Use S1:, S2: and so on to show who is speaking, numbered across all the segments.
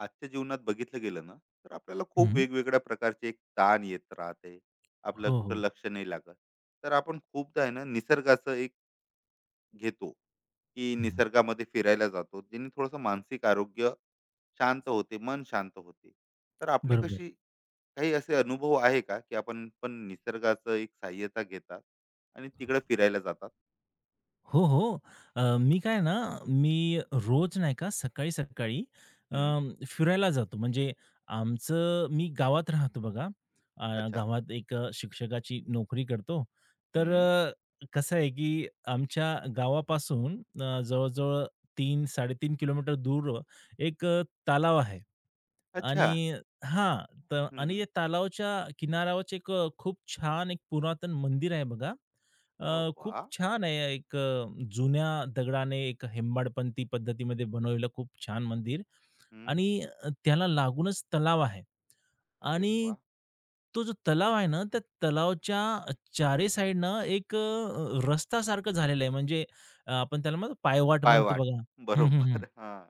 S1: आजच्या जीवनात बघितलं गेलं ना, तर आपल्याला खूप
S2: हं.
S1: वेगवेगळ्या प्रकारचे एक ताण येत राहते. आपलं
S2: हो,
S1: कुठं
S2: हो.
S1: लक्ष नाही लागत. तर आपण खूपदा आहे ना, निसर्गाचं एक घेतो, की
S2: हं.
S1: निसर्गामध्ये फिरायला जातो, ज्यांनी थोडंसं मानसिक आरोग्य शांत होते, मन शांत होते. तर आपले
S2: बरोबर.
S1: कशी काही असे अनुभव आहे का, की आपण पण निसर्गाचं एक सहाय्यता घेतात आणि तिकडे फिरायला जातात?
S2: हो, हो. मी काय ना, मी रोज नाही का सकाळी-सकाळी
S1: हम्म.
S2: फिरायला जातो. म्हणजे आमचं मी गावात राहतो बघा. अ,
S1: अच्छा.
S2: गावात एक शिक्षकाची नोकरी करतो. तर
S1: हम्म.
S2: कसं आहे की आमच्या गावापासून जवळ 3, 3-3.5 किलोमीटर दूर एक तलाव आहे.
S1: अच्छा.
S2: आणि हां, तर आणि
S1: हम्म.
S2: या तलावाच्या किनाऱ्यावरच एक खूप छान एक पुरातन मंदिर आहे बघा.
S1: हा,
S2: खूप
S1: वा.
S2: छान आहे. एक जुन्या दगडाने एक हेंबाडपंती पद्धतीमध्ये बनवलेलं खूप छान मंदिर
S1: हम्म.
S2: आणि त्याला लागूनच तलाव आहे
S1: अरे
S2: आणि
S1: वा.
S2: तो जो तलाव आहे ना, त्या तलावाच्या चारी साइडनं एक रस्ता सारखं झालेलं आहे. म्हणजे आपण त्याला म्हणतो पायवाट म्हणतो
S1: पायवाट.
S2: बघा. हं, हं, हं.
S1: बरोबर. हां.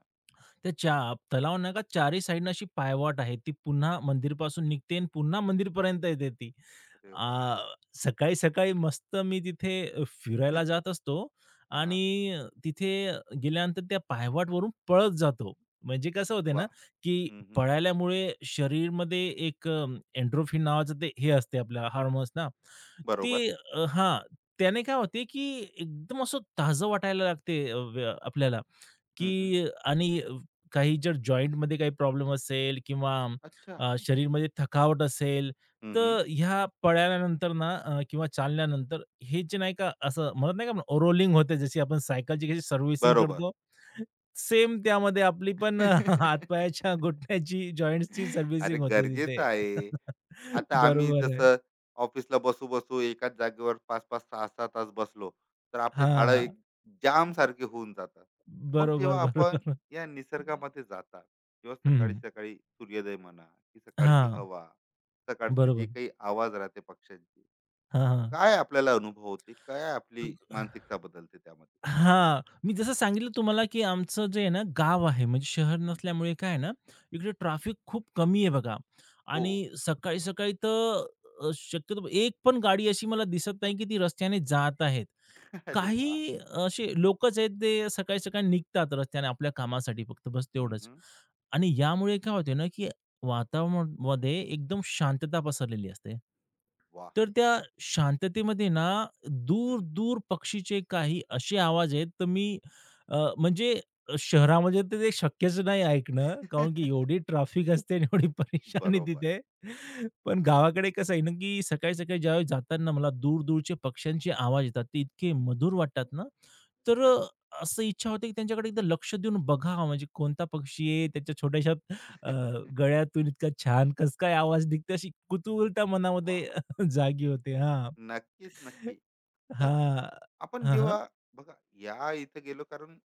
S2: त्या चा तलाव नाही का चारही साइडनं अशी पायवाट आहे. ती पुन्हा मंदिरपासून निघते आणि पुन्हा मंदिरपर्यंत येते ती.
S1: अरे वाह!
S2: आ, सकाळी-सकाळी मस्त मी तिथे फिरायला जात असतो
S1: हां.
S2: आणि तिथे गेल्यानंतर त्या पायवाटवरून पळत जातो. म्हणजे कसं होते ना,
S1: वाह!
S2: की
S1: हं, हं.
S2: पळाल्यामुळे शरीरमध्ये एक नावाचं ते हे असते आपल्या हार्मोन्स ना, ते
S1: बरोबर.
S2: हां, त्याने काय होते, की एकदम असं ताजं वाटायला लागते व आपल्याला.
S1: हं, हं.
S2: की आणि काही जर जॉइंटमध्ये काही प्रॉब्लेम असेल किंवा
S1: अच्छा.
S2: शरीरमध्ये थकावट असेल,
S1: हं, हं.
S2: तर ह्या पळाल्यानंतर ना किंवा चालल्यानंतर हे जे नाही का असं म्हणत नाही का रोलिंग होते जशी आपण सायकलची कशी सर्व्हिसिंग
S1: बरोबर.
S2: करतो, सेम त्यामध्ये आपली पण हातपायाच्या घुटण्याची, जॉइंट्सची
S1: अरे,
S2: सर्व्हिसिंग होते
S1: गरजेचं
S2: तिथे.
S1: आहे. आता आम्ही
S2: बरोबर आहे.
S1: जसं ऑफिसला बसू-बसू एकाच जागेवर 5-5, 6-6 तास बसलो, तर आपले झाडं एक
S2: हां.
S1: जामसारखे होऊन जातात. मग
S2: बरोबर,
S1: जेव्हा आपण
S2: बरोबर.
S1: या निसर्गामध्ये जातात किंवा
S2: हं.
S1: सकाळी-सकाळी सूर्योदय म्हणा, की सकाळची
S2: हां.
S1: हवा, सकाळचे जे
S2: बरोबर.
S1: काही आवाज राहते पक्ष्यांचे,
S2: हां, हां.
S1: काय आपल्याला अनुभव होते? काय आपली मानसिकता बदलते त्यामध्ये?
S2: हां, मी जसं सांगितलं तुम्हाला, की आमचं जे आहे ना गाव आहे, म्हणजे शहर
S1: हं,
S2: नसल्यामुळे काय आहे ना, इकडे ट्रॅफिक खूप कमी आहे बघा
S1: हो.
S2: आणि सकाळी-सकाळी तर शक्यतो एक पण गाडी अशी मला दिसत नाही, की ती रस्त्याने जात आहेत.
S1: अरे वा.
S2: काही असे लोकच आहेत, ते सकाळी-सकाळी निघतात रस्त्याने आपल्या कामासाठी फक्त बस
S1: हं,
S2: तेवढंच.
S1: हं.
S2: आणि यामुळे काय होते ना, की वातावरणामध्ये एकदम शांतता पसरलेली असते.
S1: वाह!
S2: तर त्या शांततेमध्ये ना, दूर-दूर पक्षीचे काही असे आवाज आहेत, तर मी म्हणजे शहरामध्ये तर ते शक्यच नाही ऐकणं, कारण की एवढी ट्रॅफिक असते आणि एवढी परेशानी
S1: बरोबर.
S2: तिथे. पण गावाकडे कसं आहे ना, की सकाळी-सकाळी ज्यावेळेस जाताना मला दूर-दूरचे पक्ष्यांचे आवाज येतात, ते इतके मधुर वाटतात ना, तर
S1: खरंच.
S2: असं इच्छा होते, की त्यांच्याकडे एकदा लक्ष देऊन बघावं, म्हणजे कोणता पक्षी आहे, त्याच्या छोट्याशा अ, गळ्यातून इतका छान कसं काय आवाज निघतो, अशी कुतूहलता
S1: वा.
S2: मनामध्ये जागी होते. हां.
S1: नक्कीच, नक्की. तर
S2: हां.
S1: आपण
S2: हां, हां.
S1: जेव्हा बघा या इथं गेलो, कारण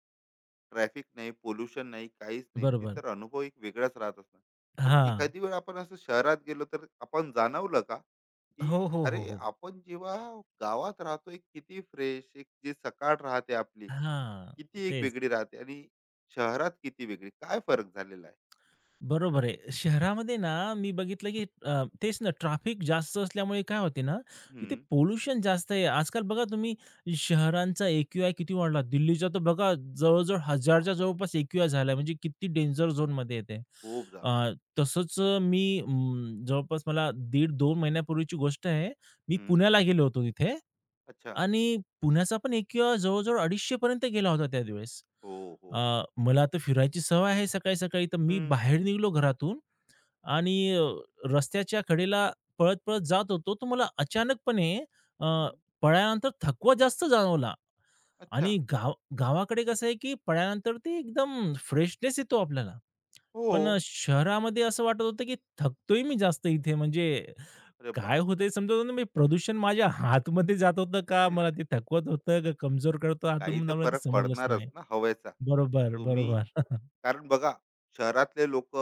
S1: ट्रॅफिक नाही, पोल्युशन नाही, काहीच नाही. ती
S2: बरोबर.
S1: तर अनुभव एक वेगळाच राहत असणार. मग
S2: हां.
S1: एखादी वेळ आपण असं शहरात गेलो, तर आपण जाणवलं का,
S2: हो,
S1: की
S2: हो, हो,
S1: अरे
S2: हो.
S1: आपण जेव्हा गावात राहतो, एक किती फ्रेश, एक जी सकाळ राहते आपली,
S2: हां,
S1: किती एक
S2: तेच.
S1: वेगळी राहते, आणि शहरात किती वेगळी, काय फरक झालेला आहे?
S2: बरोबर आहे. शहरामध्ये ना मी बघितलं की तेच ना ट्रॅफिक जास्त असल्यामुळे काय होते ना, तिथे
S1: हम्म.
S2: पोल्युशन जास्त आहे. आजकाल बघा तुम्ही शहरांचा एक्यूआय किती वाढला. दिल्लीचा तर बघा जवळ-जवळ
S1: बाप!
S2: 1000च्या जवळपास एक्यूआय झाला आहे. म्हणजे किती डेंजर झोनमध्ये येते.
S1: खूप
S2: अ,
S1: जास्त.
S2: तसंच मी जवळपास मला 1.5-2 महिन्यापूर्वीची गोष्ट आहे. मी
S1: हम्म.
S2: पुण्याला गेलो होतो तिथे
S1: अच्छा.
S2: आणि पुण्याचा पण एक जवळ-जवळ 250 पर्यंत गेला होता त्यावेळेस.
S1: हो.
S2: अ,
S1: हो.
S2: मला तर फिरायची सवय आहे सकाळी-सकाळी, तर मी
S1: हम्म.
S2: बाहेर निघालो घरातून आणि रस्त्याच्या कडेला पळत-पळत जात होतो, तर मला अचानकपणे अ,
S1: हम्म.
S2: पळाल्यानंतर थकवा जास्त जाणवला
S1: अच्छा.
S2: आणि गावाकडे कसं आहे, की पळाल्यानंतर ते एकदम फ्रेशनेस येतो आपल्याला.
S1: हो.
S2: पण शहरामध्ये असं वाटत होतं, की थकतोय मी जास्त इथे. म्हणजे
S1: अरे
S2: काय
S1: बापरे!
S2: होतंय समजत नव्हतं. म्हणजे प्रदूषण माझ्या हातमध्ये जात होतं का मला ते थकवत होतं का कमजोर करत हातून
S1: काही तर
S2: म्हणून मला ते
S1: फरक
S2: समजलंच
S1: पडणारच
S2: नाही.
S1: ना हवेचा.
S2: बरोबर,
S1: तुम्ही,
S2: बरोबर.
S1: कारण बघा, शहरातले लोक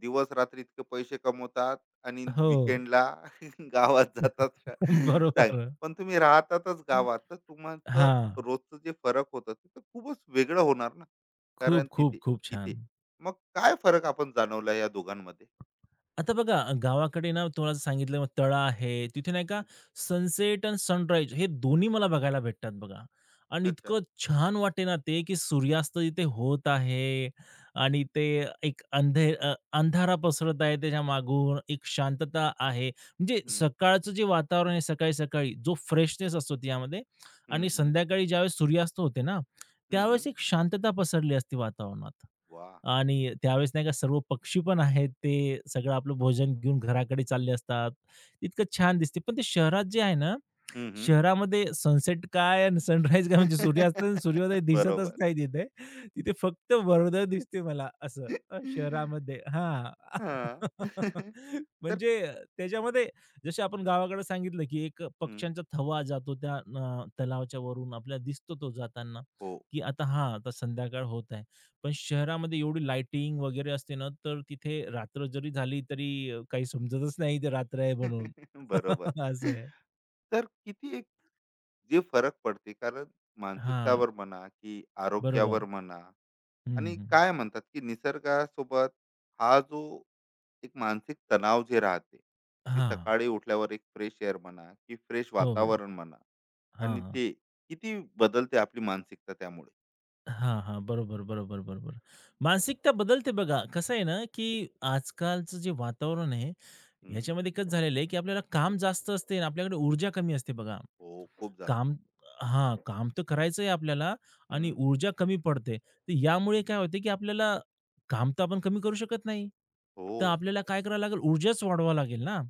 S1: दिवस रात्री इतके पैसे कमवतात आणि
S2: हो.
S1: विकेंडला गावात जातात सांग.
S2: बरोबर.
S1: पण तुम्ही राहतातच गावात, तर तुमचं
S2: हां.
S1: रोजचं जे फरक होतं ते तर खूपच वेगळं होणार ना, कारण
S2: खूप, खूप,
S1: तिथे,
S2: खूप
S1: इथे,
S2: छान.
S1: मग काय फरक आपण जाणवला या दोघांमध्ये?
S2: आता बघा गावाकडे ना तुम्हाला सांगितलं मग तळा आहे तिथे नाही का
S1: हम्म.
S2: सनसेट आणि सनराईज हे दोन्ही मला बघायला भेटतात बघा आणि
S1: अच्छा.
S2: इतकं छान वाटे ना ते की सूर्यास्त इथे होत आहे आणि ते एक अंधारा पसरत आहे त्याच्या मागून एक शांतता आहे म्हणजे
S1: हम्म.
S2: सकाळचं जे वातावरण आहे सकाळी सकाळी जो फ्रेशनेस असतो त्यामध्ये
S1: हम्म.
S2: आणि
S1: हम्म.
S2: संध्याकाळी ज्यावेळेस सूर्यास्त होते ना
S1: हम्म. हम्म.
S2: त्यावेळेस एक शांतता पसरली असते वातावरणात
S1: वा.
S2: आणि त्यावेळेस नाही का सर्व पक्षी पण आहेत, ते सगळं आपलं भोजन घेऊन घराकडे चालले असतात. इतकं छान दिसते. पण ते शहरात जे आहे ना,
S1: हम्म. हम्म.
S2: शहरामध्ये सनसेट काय आणि सनराईज काय म्हणजे सूर्यास्त आणि सूर्योदय दिसतच नाही तिथे. तिथे फक्त वरोदय दिसते मला असं
S1: बरोबर.
S2: शहरामध्ये हां.
S1: हां. तर,
S2: म्हणजे त्याच्यामध्ये जसे आपण गावाकडे सांगितलं, की एक
S1: हं,
S2: पक्ष्यांचा थवा जातो त्या तलावाच्या वरून आपल्याला दिसतो तो जाताना,
S1: हो.
S2: की आता हां, आता संध्याकाळ होत आहे. पण शहरामध्ये एवढी लाइटिंग वगैरे असते ना, तर तिथे रात्र जरी झाली तरी काही समजतच नाही ते रात्र आहे म्हणून.
S1: बरोबर.
S2: असं आहे.
S1: तर किती एक जे फरक पडते, कारण
S2: हां.
S1: मानसिकतावर म्हणा, की आरोग्यावर
S2: बरोबर.
S1: म्हणा,
S2: हं,
S1: आणि
S2: हं.
S1: काय म्हणतात, की निसर्गासोबत हा जो एक मानसिक तणाव जे राहते, की
S2: हां.
S1: सकाळी उठल्यावर एक फ्रेश एअर म्हणा, की फ्रेश
S2: हो, हो.
S1: वातावरण म्हणा,
S2: हां,
S1: आणि
S2: हां.
S1: ते किती बदलते आपली मानसिकता त्यामुळे.
S2: हां, हां. बरोबर, बरोबर, बरोबर. मानसिकता बदलते बघा. कसं आहे ना, की आजकालचं जे वातावरण आहे,
S1: हं.
S2: याच्यामध्ये कसं झालेलं आहे, की आपल्याला काम जास्त असते आणि आपल्याकडे ऊर्जा कमी असते बघा.
S1: हो, खूप जास्त.
S2: काम काम तर करायचं आहे आपल्याला आणि
S1: हं.
S2: ऊर्जा कमी पडते. तर यामुळे काय होते, की आपल्याला काम तर आपण कमी करू शकत नाही. तर
S1: हो.
S2: आपल्याला काय करावं लागेल, ऊर्जाच वाढवावी लागेल ना.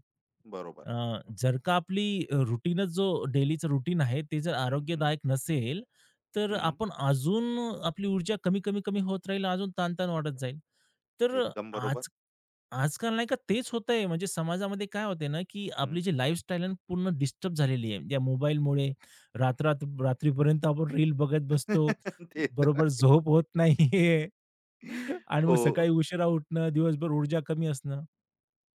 S1: बरोबर.
S2: जर का आपली रुटीनच जो डेलीचं रुटीन आहे, ते जर
S1: हं, हं.
S2: आरोग्यदायक नसेल, तर
S1: हं.
S2: आपण अजून आपली ऊर्जा कमी, कमी, कमी होत राहील, अजून ताण-ताण वाढत जाईल. तर
S1: एकदम बरोबर.
S2: आज आजकाल नाही का तेच होतंय. म्हणजे समाजामध्ये काय होतंय ना, की
S1: हं.
S2: आपली जी लाईफस्टाईल आहे ना, पूर्ण डिस्टर्ब झालेली आहे. या मोबाईलमुळे रात्र रात्रीपर्यंत आपण रील बघत बसतो.
S1: ते तर
S2: बरोबर
S1: आहे.
S2: झोप होत नाहीये. आणि मग सकाळी
S1: हो.
S2: उशिरा उठणं, दिवसभर ऊर्जा कमी असणं.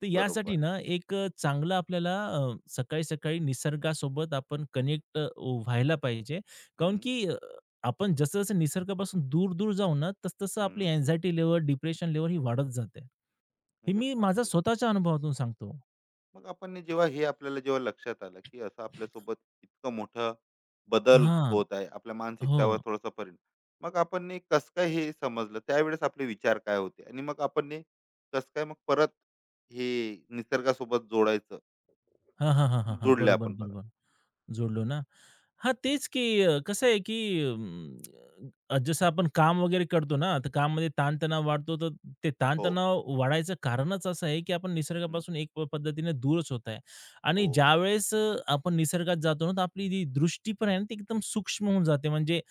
S2: तर यासाठी
S1: बरोबर.
S2: ना एक चांगलं आपल्याला सकाळी-सकाळी निसर्गासोबत आपण कनेक्ट व्हायला पाहिजे.
S1: हं,
S2: काऊन की आपण जसं-जसं निसर्गापासून दूर-दूर जाऊ ना, तस तसं आपली
S1: हं.
S2: अँक्झायटी लेव्हल, डिप्रेशन लेव्हल ही वाढत जाते. हे
S1: अरे
S2: मी माझ्या
S1: बापरे!
S2: स्वतःच्या अनुभवातून सांगतो.
S1: मग आपण हे जेव्हा, हे आपल्याला जेव्हा लक्षात आलं, की असं आपल्यासोबत इतकं मोठा बदल
S2: हां.
S1: होत आहे, आपल्या मानसिकतावर
S2: हो.
S1: थोडासा परिणाम. मग आपण हे कसं काय हे समजलं? त्यावेळेस आपले विचार काय होते? आणि मग आपण हे कसं काय मग परत हे निसर्गासोबत जोडायचं,
S2: हां, हां, हां, हां, हां.
S1: जोडले
S2: बरोबर,
S1: आपण परत?
S2: बरोबर. जोडलो ना? हां, तेच की कसं आहे की अं, जसं आपण काम वगैरे करतो ना, तर कामामध्ये ताणतणाव वाढतो, तर ते
S1: हो.
S2: ताणतणाव वाढायचं कारणच असं आहे की आपण
S1: हं.
S2: निसर्गापासून एक पद्धतीने दूरच होत आहे. आणि
S1: हो.
S2: ज्यावेळेस आपण निसर्गात जातो ना, तर आपली जी दृष्टी पण आहे ना, ती एकदम सूक्ष्म होऊन जाते. म्हणजे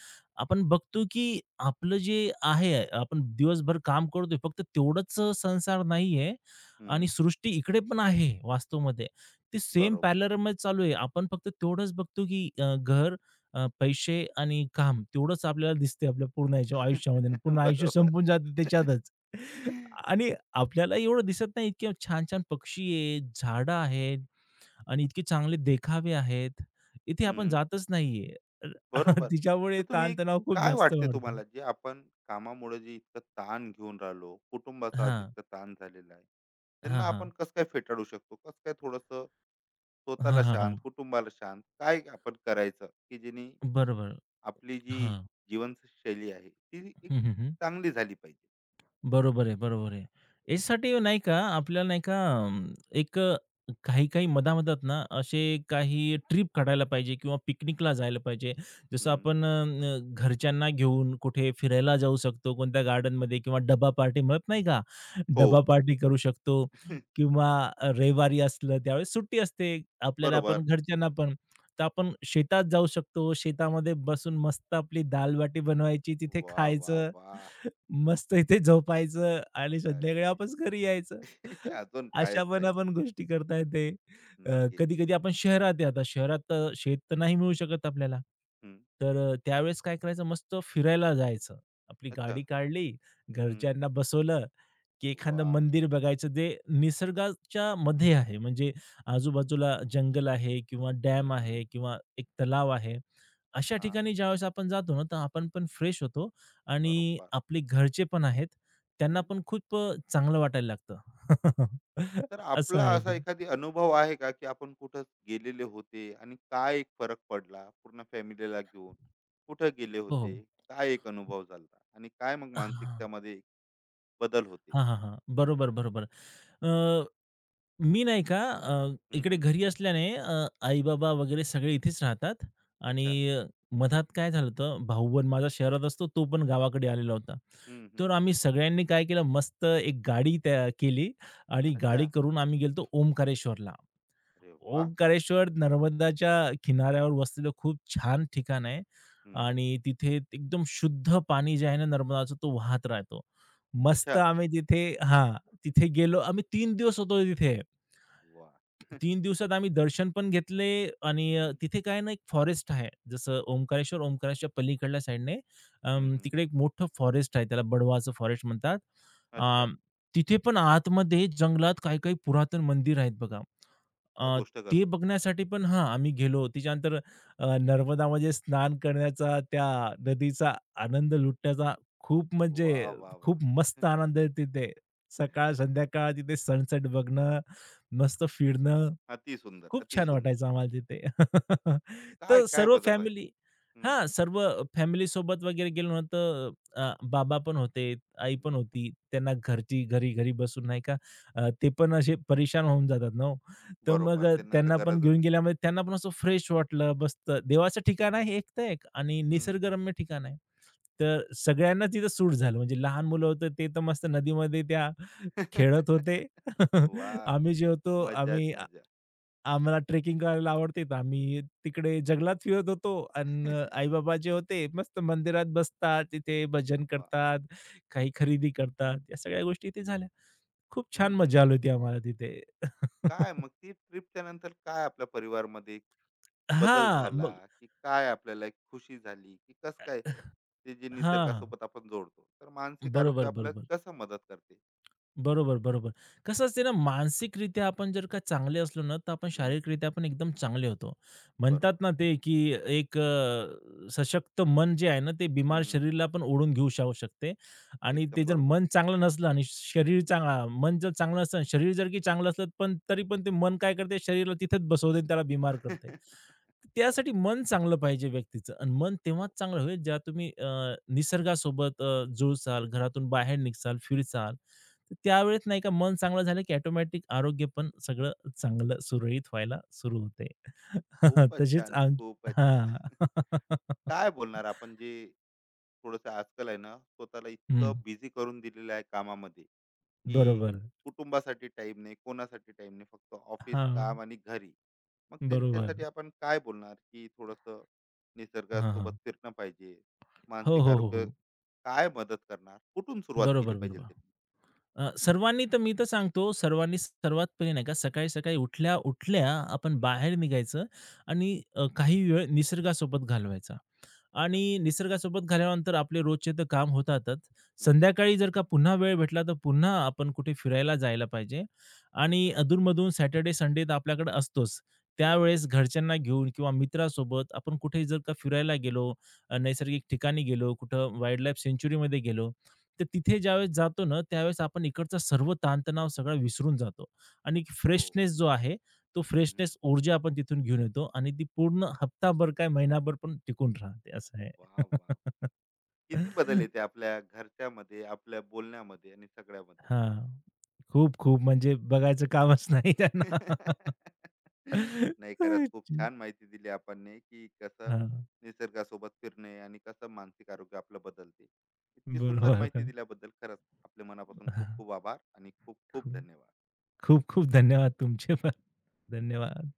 S2: आपण बघतो की आपलं जे आहे, आपण दिवसभर काम करतोय, फक्त तेवढंच संसार नाहीये
S1: हं.
S2: आणि सृष्टी इकडे पण आहे वास्तवमध्ये. ते सेम
S1: बरोबर.
S2: पॅरललमच चालू आहे. आपण फक्त तेवढंच बघतो, की घर, पैसे आणि काम तेवढंच आपल्याला दिसते आपल्या पूर्ण ह्याच्या आयुष्यामध्ये. आणि पूर्ण आयुष्य
S1: बरोबर.
S2: संपून जातं त्याच्यातच. आणि आपल्याला एवढं दिसत नाही इतके छान-छान पक्षी आहेत, झाडं आहेत आणि इतके चांगले देखावे आहेत. इथे आपण
S1: हं.
S2: जातच नाहीये.
S1: बरोबर. तर
S2: तिच्यामुळे
S1: तुम्ही एक-
S2: ताणतणाव खूप
S1: काय
S2: जास्त
S1: वाटते
S2: वाढतो.
S1: तुम्हाला, जे आपण कामामुळे जे इतकं ताण घेऊन राहिलो, कुटुंबाचा आज
S2: हां.
S1: इतका ताण झालेला आहे. त्यांना
S2: हां,
S1: आपण
S2: हां.
S1: कसं काय फेटाळू शकतो? कसं काय थोडंसं स्वतःला
S2: हां, हां,
S1: शांत,
S2: हां.
S1: कुटुंबाला शांत काय आपण करायचं, की जेणे
S2: बरोबर.
S1: आपली जी
S2: हां.
S1: जीवनशैली आहे ती एक
S2: हं, हं, हं.
S1: चांगली झाली पाहिजे?
S2: बरोबर आहे, बरोबर आहे. याच्यासाठी नाही का आपल्याला नाही का एक काही-काही मधा-मधात ना असे काही ट्रिप काढायला पाहिजे किंवा पिकनिकला जायला पाहिजे. जसं
S1: हं.
S2: आपण घरच्यांना घेऊन कुठे फिरायला जाऊ शकतो, कोणत्या गार्डनमध्ये किंवा डब्बा पार्टी म्हणत नाही का?
S1: हो.
S2: डब्बा पार्टी करू शकतो किंवा रविवारी असलं त्यावेळेस सुट्टी असते आपल्याला,
S1: बरोबर.
S2: आपण घरच्यांना पण. तर आपण शेतात जाऊ शकतो. शेतामध्ये बसून मस्त आपली दाल-बाटी बनवायची, तिथे
S1: वाह, वाह,
S2: खायचं.
S1: वाह!
S2: मस्त इथे झोपायचं आणि
S1: अरे!
S2: संध्याकाळी वापस घरी यायचं.
S1: अजून कायच
S2: अशा पण
S1: पाहिजे.
S2: आपण गोष्टी करता येते. अ,
S1: नक्कीच.
S2: कधी-कधी आपण शहरात आहे आता शहरात शेत तर नाही मिळू शकत आपल्याला.
S1: हं.
S2: तर त्यावेळेस काय करायचं मस्त फिरायला जायचं. आपली
S1: अच्छा.
S2: गाडी काढली,
S1: हं.
S2: घरच्यांना बसवलं की एखादं
S1: वाह!
S2: मंदिर बघायचं जे निसर्गाच्या मध्ये आहे. म्हणजे आजूबाजूला जंगल आहे किंवा
S1: हं,
S2: डॅम
S1: हं.
S2: आहे किंवा एक तलाव आहे. अशा
S1: हां.
S2: ठिकाणी ज्यावेळेस आपण जातो ना, तर आपण पण फ्रेश होतो आणि
S1: बरोबर.
S2: आपले घरचे पण आहेत, त्यांना
S1: हं.
S2: पण खूप चांगलं वाटायला लागतं.
S1: तर
S2: असं
S1: आपला
S2: आहे
S1: असा
S2: ते.
S1: एखादी अनुभव आहे का, की आपण कुठं गेलेले होते आणि काय एक फरक पडला? पूर्ण फॅमिलीला घेऊन कुठं गेले
S2: हो, हो.
S1: होते? काय एक अनुभव झाला आणि काय मग
S2: हां,
S1: मानसिकतामध्ये बदल होते?
S2: हां, हां, हां. बरोबर, बरोबर. अ मी नाही का
S1: हं,
S2: इकडे
S1: हं.
S2: घरी असल्याने आई-बाबा वगैरे सगळे इथेच राहतात आणि
S1: अच्छा.
S2: मधात काय झालं होतं, भाऊ पण माझा शहरात असतो, तो पण गावाकडे आलेला होता.
S1: हं, हं.
S2: तर आम्ही सगळ्यांनी काय केलं, मस्त एक गाडी त्या केली आणि गाडी
S1: अच्छा.
S2: करून आम्ही गेलो ओंकारेश्वरला.
S1: अरे वाह!
S2: ओंकारेश्वर नर्मदाच्या किनाऱ्यावर वसलेलं खूप छान ठिकाण आहे
S1: हं.
S2: आणि तिथे एकदम शुद्ध पाणी जे आहे ना नर्मदाचं, तो वाहत राहतो.
S1: अच्छा.
S2: मस्त आम्ही तिथे हां, तिथे गेलो. आम्ही 3 दिवस होतो तिथे.
S1: वाह!
S2: 3 दिवसात आम्ही दर्शन पण घेतले आणि
S1: हं.
S2: तिथे काय ना एक फॉरेस्ट आहे. जसं ओंकारेश्वर, ओंकारेश्वरच्या पलीकडल्या साईडने
S1: हं, हं.
S2: तिकडे एक मोठं फॉरेस्ट आहे. त्याला बडवाचं फॉरेस्ट म्हणतात. अ,
S1: अच्छा.
S2: तिथे पण आतमध्ये जंगलात काही-काही पुरातन मंदिर आहेत बघा.
S1: काय
S2: अ,
S1: गोष्ट करता.
S2: ते बघण्यासाठी पण हां, आम्ही गेलो. त्याच्यानंतर नर्मदामध्ये स्नान करण्याचा, त्या नदीचा आनंद लुटण्याचा खूप म्हणजे
S1: वाह, वाह, वाह!
S2: खूप मस्त आनंद आहे तिथे. सकाळ, संध्याकाळ तिथे सनसेट बघणं, मस्त फिरणं.
S1: अतिसुंदर,
S2: खूप छान
S1: अतिसुंदर.
S2: वाटायचं आम्हाला तिथे.
S1: काय,
S2: तर
S1: काय
S2: सर्व
S1: बदल व्हायचा?
S2: फॅमिली
S1: हं,
S2: हां, सर्व फॅमिलीसोबत वगैरे गेलो ना, तर बाबा पण होते, आई पण
S1: हं.
S2: होती. त्यांना घरची घरी घरी बसून नाही का ते पण असे परेशान होऊन जातात ना हो. तर मग
S1: बरोबर. त्यांना तर
S2: त्यांना पण
S1: गरजच
S2: घेऊन
S1: आहे.
S2: गेल्यामुळे त्यांना पण असं फ्रेश वाटलं, मस्त. देवाचं ठिकाण आहे एक तर एक आणि
S1: हं.
S2: निसर्गरम्य ठिकाण आहे. तर सगळ्यांना तिथं सूट झालं. म्हणजे लहान मुलं होतं ते तर मस्त नदीमध्ये त्या खेळत होते.
S1: वाह!
S2: आम्ही जे होतो
S1: मजाच
S2: आम्ही
S1: मजा.
S2: आम्हाला ट्रेकिंग करायला आवडते तर आम्ही तिकडे जंगलात फिरत होतो अन् आई-बाबा जे होते मस्त मंदिरात बसतात, तिथे भजन
S1: वाह!
S2: करतात, काही खरेदी करतात. या सगळ्या गोष्टी इथे झाल्या. खूप
S1: हं,
S2: छान
S1: हं.
S2: मजा आली होती आम्हाला तिथे.
S1: काय मग ती ट्रिपच्या नंतर काय आपल्या परिवारामध्ये बदल
S2: हां,
S1: झाला,
S2: मग
S1: की काय आपल्याला एक खुशी झाली, की कस काय ते जे
S2: हां.
S1: निसर्गासोबत आपण जोडतो, तर मानसिक आरोग्य
S2: बरोबर, बरोबर.
S1: आपल्याला कसं मदत करते?
S2: बरोबर, बरोबर. कसं असते ना, मानसिकरित्या आपण जर का चांगले असलो ना, तर आपण
S1: हं.
S2: शारीरिकरित्या पण एकदम चांगले होतो.
S1: बरोबर.
S2: म्हणतात ना ते, की एक सशक्त मन जे आहे ना, ते
S1: हं,
S2: बिमार
S1: हं.
S2: शरीराला पण ओढून शावू शकते आणि
S1: एकदम
S2: ते जर
S1: बरोबर.
S2: मन चांगलं नसलं आणि शरीर चांगला मन जर चांगलं असलं आणि शरीर जर की चांगलं असलं, पण तरी पण ते मन काय करते, शरीराला तिथेच बसवते आणि त्याला बिमार करते.
S1: ते तर आहे.
S2: त्यासाठी मन चांगलं पाहिजे व्यक्तीचं आणि मन तेव्हाच
S1: हो.
S2: चांगलं होईल, जेव्हा तुम्ही निसर्गासोबत जुळसाल, घरातून
S1: हं.
S2: बाहेर निघाल, फिरसाल तर त्यावेळेस नाही का मन चांगलं झालं, की ऑटोमॅटिक आरोग्य पण सगळं चांगलं सुरळीत व्हायला सुरू होते.
S1: खूपच
S2: तशीच
S1: छान, खूपच छान.
S2: हां.
S1: काय बोलणार आपण, जे थोडस आजकाल आहे ना, स्वतःला
S2: हं.
S1: इतकं बिझी करून दिलेलं आहे कामामध्ये, की
S2: बरोबर.
S1: कुटुंबासाठी टाइम नाही, कोणासाठी टाइम नाही, फक्त ऑफिस
S2: हां.
S1: काम आणि घरी. मग
S2: बरोबर.
S1: त्यांच्यासाठी आपण काय बोलणार, की थोडस
S2: हां,
S1: निसर्गासोबत
S2: हां.
S1: फिरणं पाहिजे,
S2: हो,
S1: मानसिक
S2: हो, हो,
S1: आरोग्य
S2: हो.
S1: काय मदत करणार, कुठून सुरुवात केली
S2: बरोबर,
S1: पाहिजे
S2: बरोबर.
S1: त्यांनी?
S2: सर्वांनी तर मी तर सांगतो सर्वांनी सर्वात पहिले नाही का सकाळी-सकाळी उठल्या-उठल्या आपण
S1: हम्म.
S2: बाहेर निघायचं आणि काही वेळ निसर्गासोबत घालवायचा.
S1: अच्छा.
S2: आणि निसर्गासोबत घालवल्यानंतर आपले रोजचे तर काम होतातच.
S1: हम्म, हम्म.
S2: संध्याकाळी जर का पुन्हा वेळ भेटला, तर पुन्हा आपण कुठे फिरायला जायला पाहिजे आणि
S1: अच्छा.
S2: अधूनमधून सॅटर्डे, संडे तर आपल्याकडे असतोच.
S1: हो.
S2: त्यावेळेस घरच्यांना घेऊन किंवा मित्रासोबत आपण कुठे जर का फिरायला गेलो,
S1: हम्म, हम्म.
S2: नैसर्गिक ठिकाणी गेलो, कुठं वाईल्ड लाईफ सँक्चुअरीमध्ये गेलो, तर तिथे ज्यावेळेस जातो ना, त्यावेळेस आपण इकडचा सर्व ताणतणाव सगळा विसरून जातो आणि
S1: हो.
S2: फ्रेशनेस जो आहे, तो
S1: हम्म, हम्म.
S2: फ्रेशनेस, ऊर्जा आपण तिथून घेऊन येतो आणि ती पूर्ण हप्ताभर काय महिनाभर पण टिकून राहते असं आहे.
S1: वा, वा. किती बदल येते आपल्या घरच्यामध्ये, आपल्या बोलण्यामध्ये आणि सगळ्यामध्ये.
S2: हां. खूप, खूप म्हणजे बघायचं कामच नाही त्यांना.
S1: नाही, खरंच खूप
S2: हं,
S1: छान माहिती दिली आपणने, की कसं
S2: हां.
S1: निसर्गासोबत फिरणे आणि कसं मानसिक आरोग्य आपलं बदलते. इतकी सुंदर माहिती
S2: बरोबर.
S1: दिल्याबद्दल खरंच आपल्या मनापासून खूप
S2: हां.
S1: खूप आभार आणि खूप खूप
S2: खूप,
S1: धन्यवाद.
S2: खूप, खूप धन्यवाद तुमचे पण. धन्यवाद.